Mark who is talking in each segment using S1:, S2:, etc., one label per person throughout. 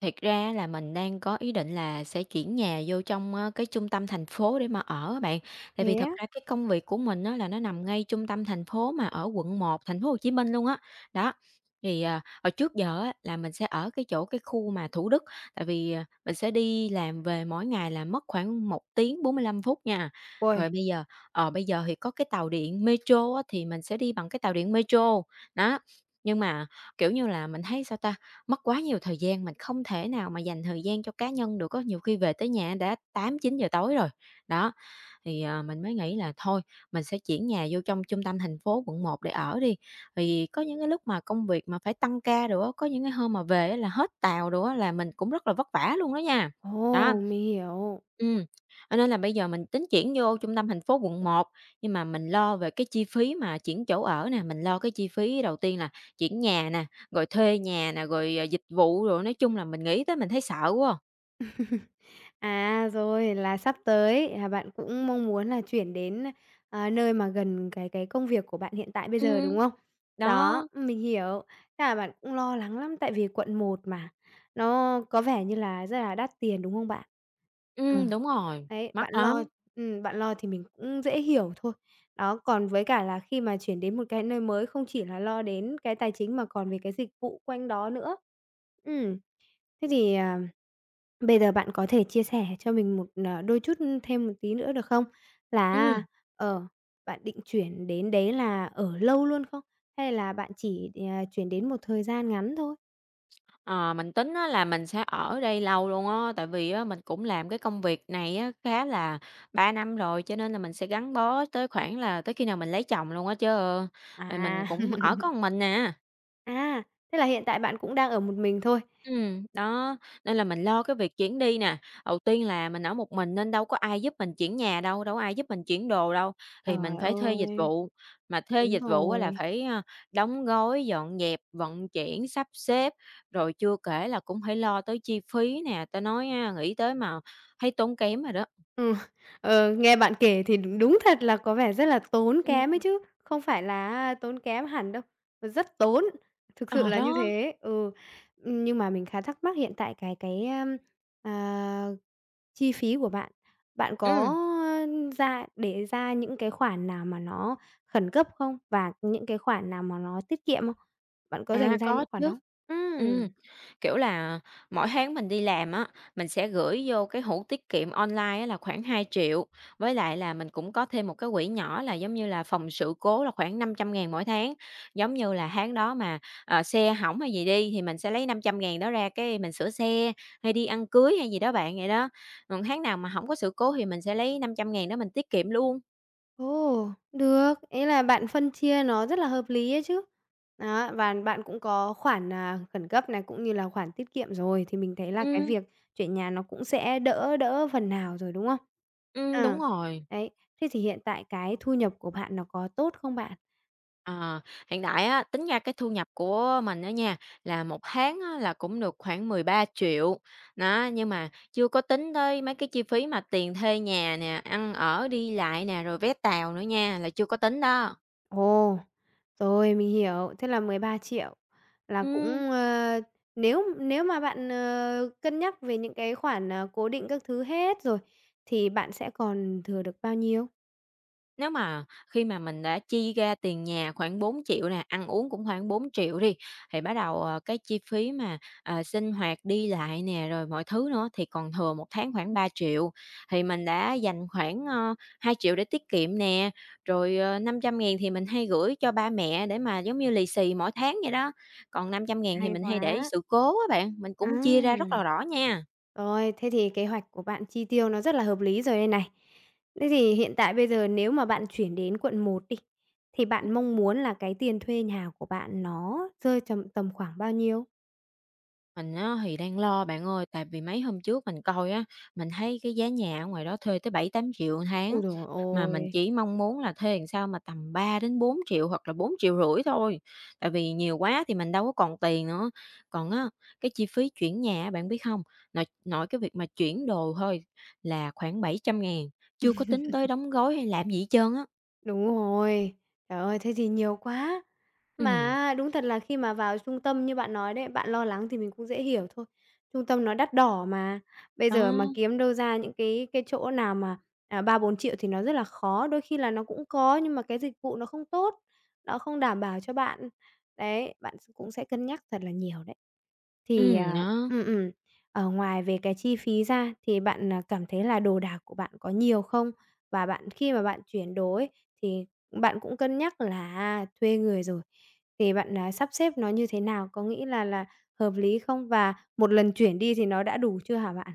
S1: Thiệt ra là mình đang có ý định là sẽ chuyển nhà vô trong, cái trung tâm thành phố để mà ở á bạn. Tại vì
S2: Thế
S1: thật
S2: á?
S1: ra cái công việc của mình á là nó nằm ngay trung tâm thành phố mà ở quận 1 thành phố Hồ Chí Minh luôn á. Đó, thì, hồi trước giờ á là mình sẽ ở cái chỗ cái khu mà Thủ Đức, tại vì, mình sẽ đi làm về mỗi ngày là mất khoảng một tiếng 45 phút nha.
S2: Uầy,
S1: Rồi bây giờ thì có cái tàu điện metro á thì mình sẽ đi bằng cái tàu điện metro, đó. Nhưng mà, kiểu như là, mình thấy, sao ta, mất quá nhiều thời gian, mình không thể nào mà dành thời gian cho cá nhân được, có nhiều khi về tới nhà đã tám chín giờ tối rồi. Đó, thì, mình mới nghĩ là thôi, mình sẽ chuyển nhà vô trong trung tâm thành phố quận một để ở đi. Thì có những cái lúc mà công việc mà phải tăng ca đồ á, có những cái hôm mà về á là hết tàu đồ á, là mình cũng rất là vất vả luôn đó nha. Đó.
S2: ồ, mình hiểu.
S1: Ừm, cho nên là bây giờ mình tính chuyển vô trung tâm thành phố quận một, nhưng mà mình lo về cái chi phí mà chuyển chỗ ở nè, mình lo cái chi phí đầu tiên là chuyển nhà nè, rồi thuê nhà nè, rồi, dịch vụ rồi nói chung là mình nghĩ tới mình thấy sợ quá.
S2: À, rồi là sắp tới là bạn cũng mong muốn là chuyển đến, nơi mà gần cái công việc của bạn hiện tại bây giờ, đúng
S1: Ừm,
S2: không? Đó,
S1: đó,
S2: mình hiểu. Chắc là bạn cũng lo lắng lắm tại vì quận một mà, nó có vẻ như là rất là đắt tiền, đúng không bạn? Ờ,
S1: đúng rồi,
S2: đấy,
S1: mắc lắm,
S2: bạn lo thì mình cũng dễ hiểu thôi. Đó, còn với cả là khi mà chuyển đến một cái nơi mới không chỉ là lo đến cái tài chính mà còn về cái dịch vụ quanh đó nữa. Ừm. Thế thì, bây giờ bạn có thể chia sẻ cho mình một, đôi chút thêm một tí nữa được không? Là
S1: ừm.
S2: ở Bạn định chuyển đến đấy là ở lâu luôn không? Hay là bạn chỉ, chuyển đến một thời gian ngắn thôi?
S1: Ờ, mình tính á là mình sẽ ở đây lâu luôn á, tại vì á mình cũng làm cái công việc này á khá là 3 năm rồi, cho nên là mình sẽ gắn bó tới khoảng là tới khi nào mình lấy chồng luôn á chứ. Rồi mình
S2: À,
S1: cũng ở có một mình nè.
S2: à, thế là hiện tại bạn cũng đang ở một mình thôi.
S1: Đó, nên là mình lo cái việc chuyển đi nè. Đầu tiên là mình ở một mình nên đâu có ai giúp mình chuyển nhà đâu, đâu có ai giúp mình chuyển đồ đâu, thì
S2: Trời
S1: mình phải thuê dịch
S2: ơi,
S1: vụ, mà thuê
S2: đúng
S1: dịch vụ á là
S2: rồi.
S1: phải, đóng gói, dọn dẹp, vận chuyển, sắp xếp, rồi chưa kể là cũng phải lo tới chi phí nè, ta nói á, nghĩ tới mà thấy tốn kém rồi đó.
S2: Ừm, nghe bạn kể thì đúng đúng thật là có vẻ rất là tốn kém ấy
S1: Ừm,
S2: chứ, không phải là tốn kém hẳn đâu, mà rất tốn, thực sự
S1: ờ,
S2: là như
S1: đó,
S2: thế. Ừ, nhưng mà mình khá thắc mắc hiện tại cái, à, chi phí của bạn, bạn
S1: ừ
S2: có để ra những cái khoản nào mà nó khẩn cấp không? Và những cái khoản nào mà nó tiết kiệm không? Bạn có
S1: à,
S2: dành ra
S1: có
S2: những khoản
S1: chứ.
S2: đó?
S1: Ừ,
S2: Ừm.
S1: kiểu là, mỗi tháng mình đi làm á, mình sẽ gửi vô cái hũ tiết kiệm online á là khoảng 2 triệu, với lại là mình cũng có thêm một cái quỹ nhỏ là giống như là phòng sự cố là khoảng 500.000 mỗi tháng. Giống như là tháng đó mà, xe hỏng hay gì đi thì mình sẽ lấy 500.000 đó ra cái mình sửa xe, hay đi ăn cưới hay gì đó bạn, vậy đó. Còn tháng nào mà không có sự cố thì mình sẽ lấy năm trăm ngàn đó mình tiết kiệm luôn.
S2: Ồ, được, ý là bạn phân chia nó rất là hợp lý ấy chứ. Đó, và bạn cũng có khoản, khẩn cấp này, cũng như là khoản tiết kiệm rồi, thì mình thấy là cái
S1: Ừm,
S2: việc chuyển nhà nó cũng sẽ đỡ đỡ phần nào rồi, đúng không?
S1: đúng
S2: À,
S1: rồi.
S2: đấy, thế thì hiện tại cái thu nhập của bạn nó có tốt không bạn?
S1: Ờ, hiện tại á, tính ra cái thu nhập của mình á nha, là một tháng á, là cũng được khoảng 13 triệu. Đó, nhưng mà chưa có tính tới mấy cái chi phí mà tiền thuê nhà nè, ăn ở, đi lại nè, rồi vé tàu nữa nha, là chưa có tính đó.
S2: Ồ, rồi, mình hiểu, thế là 13 triệu là
S1: Ừm.
S2: cũng, nếu nếu mà bạn, cân nhắc về những cái khoản, cố định các thứ hết rồi, thì bạn sẽ còn thừa được bao nhiêu?
S1: Nếu mà khi mà mình đã chi ra tiền nhà khoảng 4 triệu nè, ăn uống cũng khoảng 4 triệu 000 đi, thì bắt đầu, cái chi phí mà, sinh hoạt, đi lại nè, rồi mọi thứ nữa thì còn thừa một tháng khoảng 3 triệu. Thì mình đã dành khoảng, 2 000 để tiết kiệm nè, rồi, 500.000 thì mình hay gửi cho ba mẹ để mà giống như lì xì mỗi tháng vậy đó. Còn 500.000 thì
S2: Hay
S1: mình hay để
S2: quá.
S1: sự cố á bạn, mình
S2: À,
S1: cũng chia ra rất là rõ nha.
S2: rồi, thế thì kế hoạch của bạn chi tiêu nó rất là hợp lý rồi đây này. Thế thì hiện tại bây giờ nếu mà bạn chuyển đến quận một đi, thì bạn mong muốn là cái tiền thuê nhà của bạn nó rơi tầm tầm khoảng bao nhiêu?
S1: Mình á thì đang lo bạn ơi, tại vì mấy hôm trước mình coi á, mình thấy cái giá nhà ở ngoài đó thuê tới 7-8 triệu 8
S2: Ôi
S1: tháng,
S2: giời
S1: mà
S2: ôi!
S1: mình chỉ mong muốn là thuê làm sao mà tầm 3 đến 4 triệu hoặc là 4,5 triệu thôi, tại vì nhiều quá thì mình đâu có còn tiền nữa. Còn á, cái chi phí chuyển nhà á bạn biết không? Nội nội cái việc mà chuyển đồ thôi là khoảng 700.000, chưa có tính tới đóng gói hay làm gì hết trơn á.
S2: Đúng rồi. Trời ơi, thế thì nhiều quá.
S1: Ừm,
S2: Mà đúng thật là khi mà vào trung tâm như bạn nói đấy, bạn lo lắng thì mình cũng dễ hiểu thôi. Trung tâm nó đắt đỏ mà, bây
S1: đó,
S2: giờ mà kiếm đâu ra những cái chỗ nào mà, 3.000.000 thì nó rất là khó. Đôi khi là nó cũng có nhưng mà cái dịch vụ nó không tốt, nó không đảm bảo cho bạn. Đấy, bạn cũng sẽ cân nhắc thật là nhiều đấy. Thì,
S1: đó.
S2: ừm, ừm, ngoài về cái chi phí ra thì bạn, cảm thấy là đồ đạc của bạn có nhiều không? Và bạn khi mà bạn chuyển đồ ấy, thì bạn cũng cân nhắc là, thuê người rồi, thì bạn, sắp xếp nó như thế nào? Có nghĩ là hợp lý không? Và một lần chuyển đi thì nó đã đủ chưa hả bạn?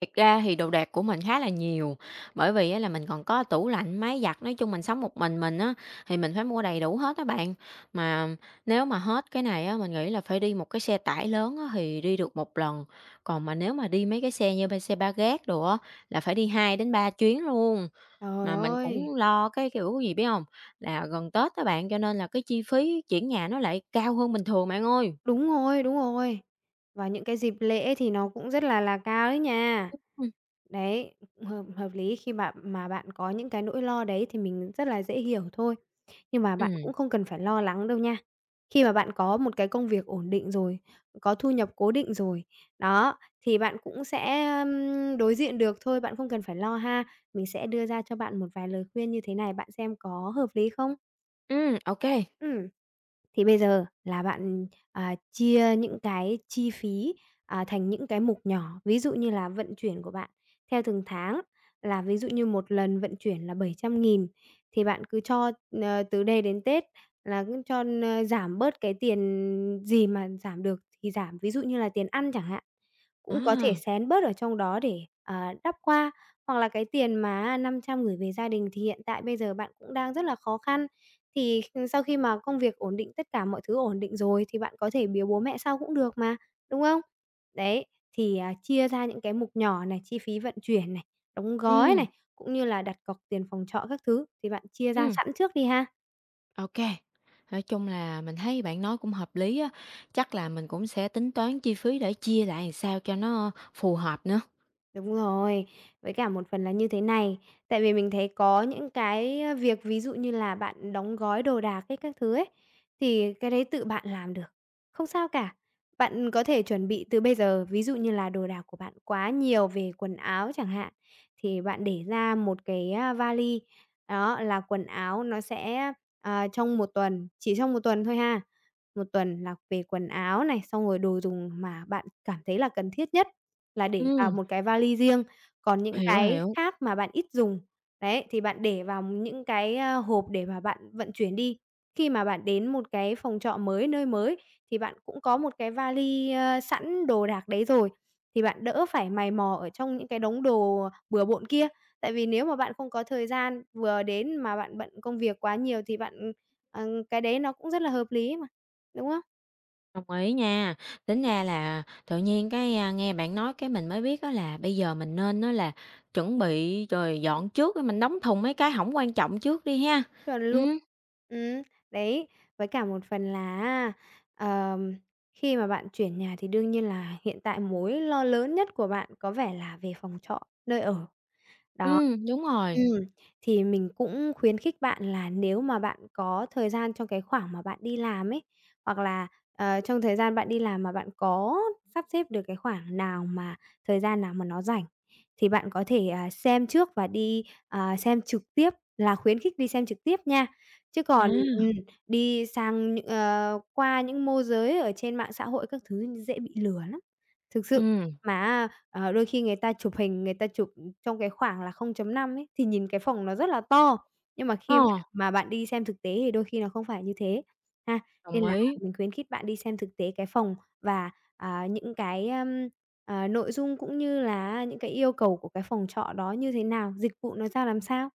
S1: Thiệt ra thì đồ đạc của mình khá là nhiều, bởi vì á là mình còn có tủ lạnh, máy giặt, nói chung mình sống một mình á, thì mình phải mua đầy đủ hết á bạn. Mà nếu mà hết cái này á, mình nghĩ là phải đi một cái xe tải lớn á thì đi được một lần, còn mà nếu mà đi mấy cái xe như ba xe ba gác đồ á, là phải đi 2 đến 3 chuyến luôn.
S2: Trời
S1: Mà mình
S2: ơi!
S1: cũng lo cái kiểu gì biết không? Là gần Tết các bạn, cho nên là cái chi phí chuyển nhà nó lại cao hơn bình thường bạn ơi.
S2: Đúng rồi, đúng rồi. Và những cái dịp lễ thì nó cũng rất là cao đấy nha.
S1: Ừm,
S2: Đấy, hợp hợp lý khi mà bạn có những cái nỗi lo đấy thì mình rất là dễ hiểu thôi. Nhưng mà bạn
S1: ừm,
S2: cũng không cần phải lo lắng đâu nha. Khi mà bạn có một cái công việc ổn định rồi, có thu nhập cố định rồi, đó, thì bạn cũng sẽ, đối diện được thôi, bạn không cần phải lo ha. Mình sẽ đưa ra cho bạn một vài lời khuyên như thế này, bạn xem có hợp lý không?
S1: ô kê.
S2: Ừm. Thì bây giờ là bạn, chia những cái chi phí, thành những cái mục nhỏ, ví dụ như là vận chuyển của bạn theo từng tháng là ví dụ như một lần vận chuyển là 700.000 thì bạn cứ cho, từ đây đến Tết là cứ cho, giảm bớt cái tiền gì mà giảm được thì giảm, ví dụ như là tiền ăn chẳng hạn. Cũng có thể
S1: À,
S2: xén bớt ở trong đó để, đắp qua, hoặc là cái tiền mà 500 gửi về gia đình thì hiện tại bây giờ bạn cũng đang rất là khó khăn. Thì sau khi mà công việc ổn định, tất cả mọi thứ ổn định rồi thì bạn có thể biếu bố mẹ sau cũng được mà, đúng không? Đấy, thì, chia ra những cái mục nhỏ này, chi phí vận chuyển này, đóng gói
S1: ừm,
S2: này, cũng như là đặt cọc tiền phòng trọ các thứ thì bạn chia ra
S1: ừm.
S2: sẵn trước đi ha.
S1: OK. Nói chung là mình thấy bạn nói cũng hợp lý á, chắc là mình cũng sẽ tính toán chi phí để chia lại làm sao cho nó phù hợp nữa.
S2: Đúng rồi, với cả một phần là như thế này, tại vì mình thấy có những cái, việc ví dụ như là bạn đóng gói đồ đạc ấy các thứ ấy, thì cái đấy tự bạn làm được, không sao cả. Bạn có thể chuẩn bị từ bây giờ, ví dụ như là đồ đạc của bạn quá nhiều về quần áo chẳng hạn, thì bạn để ra một cái, vali, đó, là quần áo nó sẽ, trong một tuần, chỉ trong một tuần thôi ha. Một tuần là về quần áo này, xong rồi đồ dùng mà bạn cảm thấy là cần thiết nhất. Là để vào
S1: Ừm,
S2: một cái vali riêng, còn những
S1: hiểu,
S2: cái
S1: hiểu,
S2: khác mà bạn ít dùng, đấy, thì bạn để vào những cái, hộp để mà bạn vận chuyển đi. Khi mà bạn đến một cái phòng trọ mới, nơi mới thì bạn cũng có một cái vali, sẵn đồ đạc đấy rồi, thì bạn đỡ phải mày mò ở trong những cái đống đồ bừa bộn kia. Tại vì nếu mà bạn không có thời gian vừa đến mà bạn bận công việc quá nhiều thì bạn, cái đấy nó cũng rất là hợp lý mà, đúng không?
S1: đồng ý nha. Tính ra là tự nhiên cái, nghe bạn nói cái mình mới biết đó là bây giờ mình nên á là chuẩn bị rồi dọn trước rồi mình đóng thùng mấy cái hỏng quan trọng trước đi ha.
S2: Chuẩn luôn.
S1: Ừ,
S2: Ừm, đấy, với cả một phần là ờm, khi mà bạn chuyển nhà thì đương nhiên là hiện tại mối lo lớn nhất của bạn có vẻ là về phòng trọ, nơi ở. Đó.
S1: đúng rồi.
S2: Ừm, thì mình cũng khuyến khích bạn là nếu mà bạn có thời gian trong cái khoảng mà bạn đi làm ấy, hoặc là, trong thời gian bạn đi làm mà bạn có sắp xếp được cái khoảng nào mà thời gian nào mà nó rảnh, thì bạn có thể, xem trước và đi, xem trực tiếp, là khuyến khích đi xem trực tiếp nha. Chứ còn
S1: À,
S2: đi sang những ờ, qua những môi giới ở trên mạng xã hội các thứ dễ bị lừa lắm, thực sự.
S1: ừ,
S2: Mà đôi khi người ta chụp hình, người ta chụp trong cái khoảng là 0.5 ấy, thì nhìn cái phòng nó rất là to, nhưng mà
S1: ờ,
S2: khi mà bạn đi xem thực tế thì đôi khi nó không phải như thế, ha.
S1: đồng
S2: Nên là
S1: ý.
S2: mình khuyến khích bạn đi xem thực tế cái phòng và, những cái, nội dung cũng như là những cái yêu cầu của cái phòng trọ đó như thế nào, dịch vụ nó ra làm sao.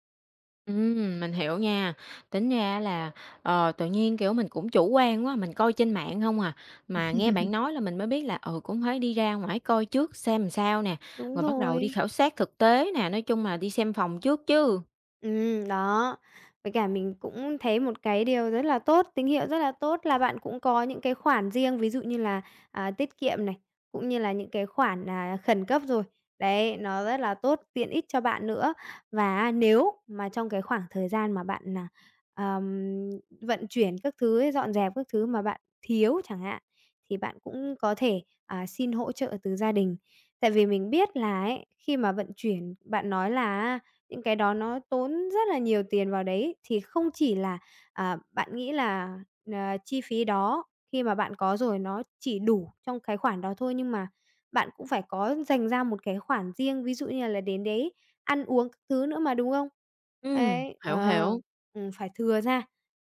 S1: Mình hiểu nha. Tính ra là, tự nhiên, kiểu, mình cũng chủ quan quá, mình coi trên mạng không à, mà nghe bạn nói là mình mới biết là, cũng phải đi ra ngoài coi trước xem làm sao nè,
S2: Đúng
S1: rồi bắt đầu đi
S2: rồi.
S1: khảo sát thực tế nè, nói chung là đi xem phòng trước chứ.
S2: Đó. Với cả mình cũng thấy một cái điều rất là tốt, tín hiệu rất là tốt là bạn cũng có những cái khoản riêng, ví dụ như là, tiết kiệm này, cũng như là những cái khoản, khẩn cấp rồi. Đấy, nó rất là tốt, tiện ích cho bạn nữa. Và nếu mà trong cái khoảng thời gian mà bạn, ờm, vận chuyển các thứ ấy, dọn dẹp các thứ mà bạn thiếu chẳng hạn, thì bạn cũng có thể, xin hỗ trợ từ gia đình. Tại vì mình biết là ấy, khi mà vận chuyển bạn nói là những cái đó nó tốn rất là nhiều tiền vào đấy, thì không chỉ là, bạn nghĩ là, chi phí đó khi mà bạn có rồi nó chỉ đủ trong cái khoản đó thôi, nhưng mà bạn cũng phải có dành ra một cái khoản riêng, ví dụ như là đến đấy ăn uống các thứ nữa mà, đúng không? Ấy,
S1: Hiểu, hiểu,
S2: phải thừa ra.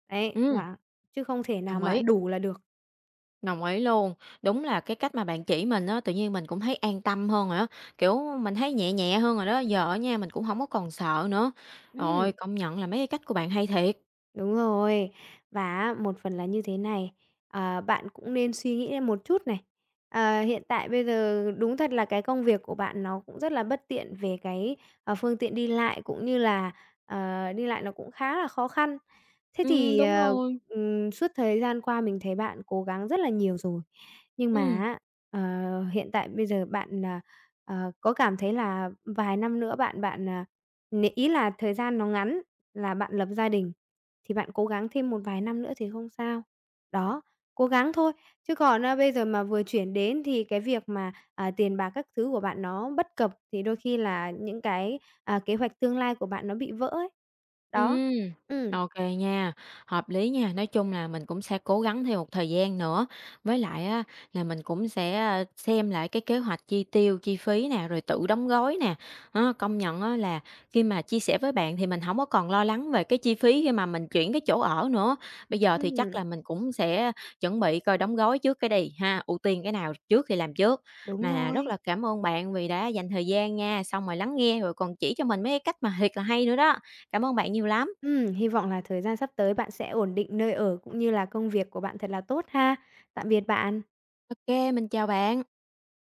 S2: Đấy,
S1: ừm,
S2: và chứ không thể nào
S1: đồng
S2: mà
S1: ý,
S2: đủ là được.
S1: đồng ý luôn. Đúng là cái cách mà bạn chỉ mình á, tự nhiên mình cũng thấy an tâm hơn rồi á, kiểu, mình thấy nhẹ nhẹ hơn rồi đó, giờ á nha, mình cũng không có còn sợ nữa. Rồi
S2: Ừm.
S1: công nhận là mấy cái cách của bạn hay thiệt.
S2: Đúng rồi. Và một phần là như thế này, bạn cũng nên suy nghĩ thêm một chút này. Hiện tại bây giờ đúng thật là cái công việc của bạn nó cũng rất là bất tiện về cái, phương tiện đi lại, cũng như là, đi lại nó cũng khá là khó khăn. Thế thì,
S1: Đúng rồi,
S2: suốt thời gian qua mình thấy bạn cố gắng rất là nhiều rồi, nhưng mà
S1: ừm.
S2: hiện tại bây giờ bạn, có cảm thấy là vài năm nữa bạn bạn, ý là thời gian nó ngắn là bạn lập gia đình thì bạn cố gắng thêm một vài năm nữa thì không sao. Đó, cố gắng thôi, chứ còn, bây giờ mà vừa chuyển đến thì cái việc mà, tiền bạc các thứ của bạn nó bất cập, thì đôi khi là những cái, kế hoạch tương lai của bạn nó bị vỡ ấy. Đó,
S1: Ừm,
S2: ừm,
S1: ok nha, hợp lý nha. Nói chung là mình cũng sẽ cố gắng thêm một thời gian nữa, với lại á là mình cũng sẽ, xem lại cái kế hoạch chi tiêu, chi phí nè, rồi tự đóng gói nè. Á, công nhận á là khi mà chia sẻ với bạn thì mình không có còn lo lắng về cái chi phí khi mà mình chuyển cái chỗ ở nữa. Bây giờ thì chắc
S2: ừm,
S1: là mình cũng sẽ chuẩn bị coi đóng gói trước cái đi ha, ưu tiên cái nào trước thì làm trước.
S2: đúng
S1: Mà rất
S2: rồi.
S1: là cảm ơn bạn vì đã dành thời gian nha, xong rồi lắng nghe rồi còn chỉ cho mình mấy cái cách mà thiệt là hay nữa đó. Cảm ơn bạn nhiều lắm.
S2: Hy vọng là thời gian sắp tới bạn sẽ ổn định nơi ở cũng như là công việc của bạn thật là tốt ha. Tạm biệt bạn.
S1: OK, mình chào bạn.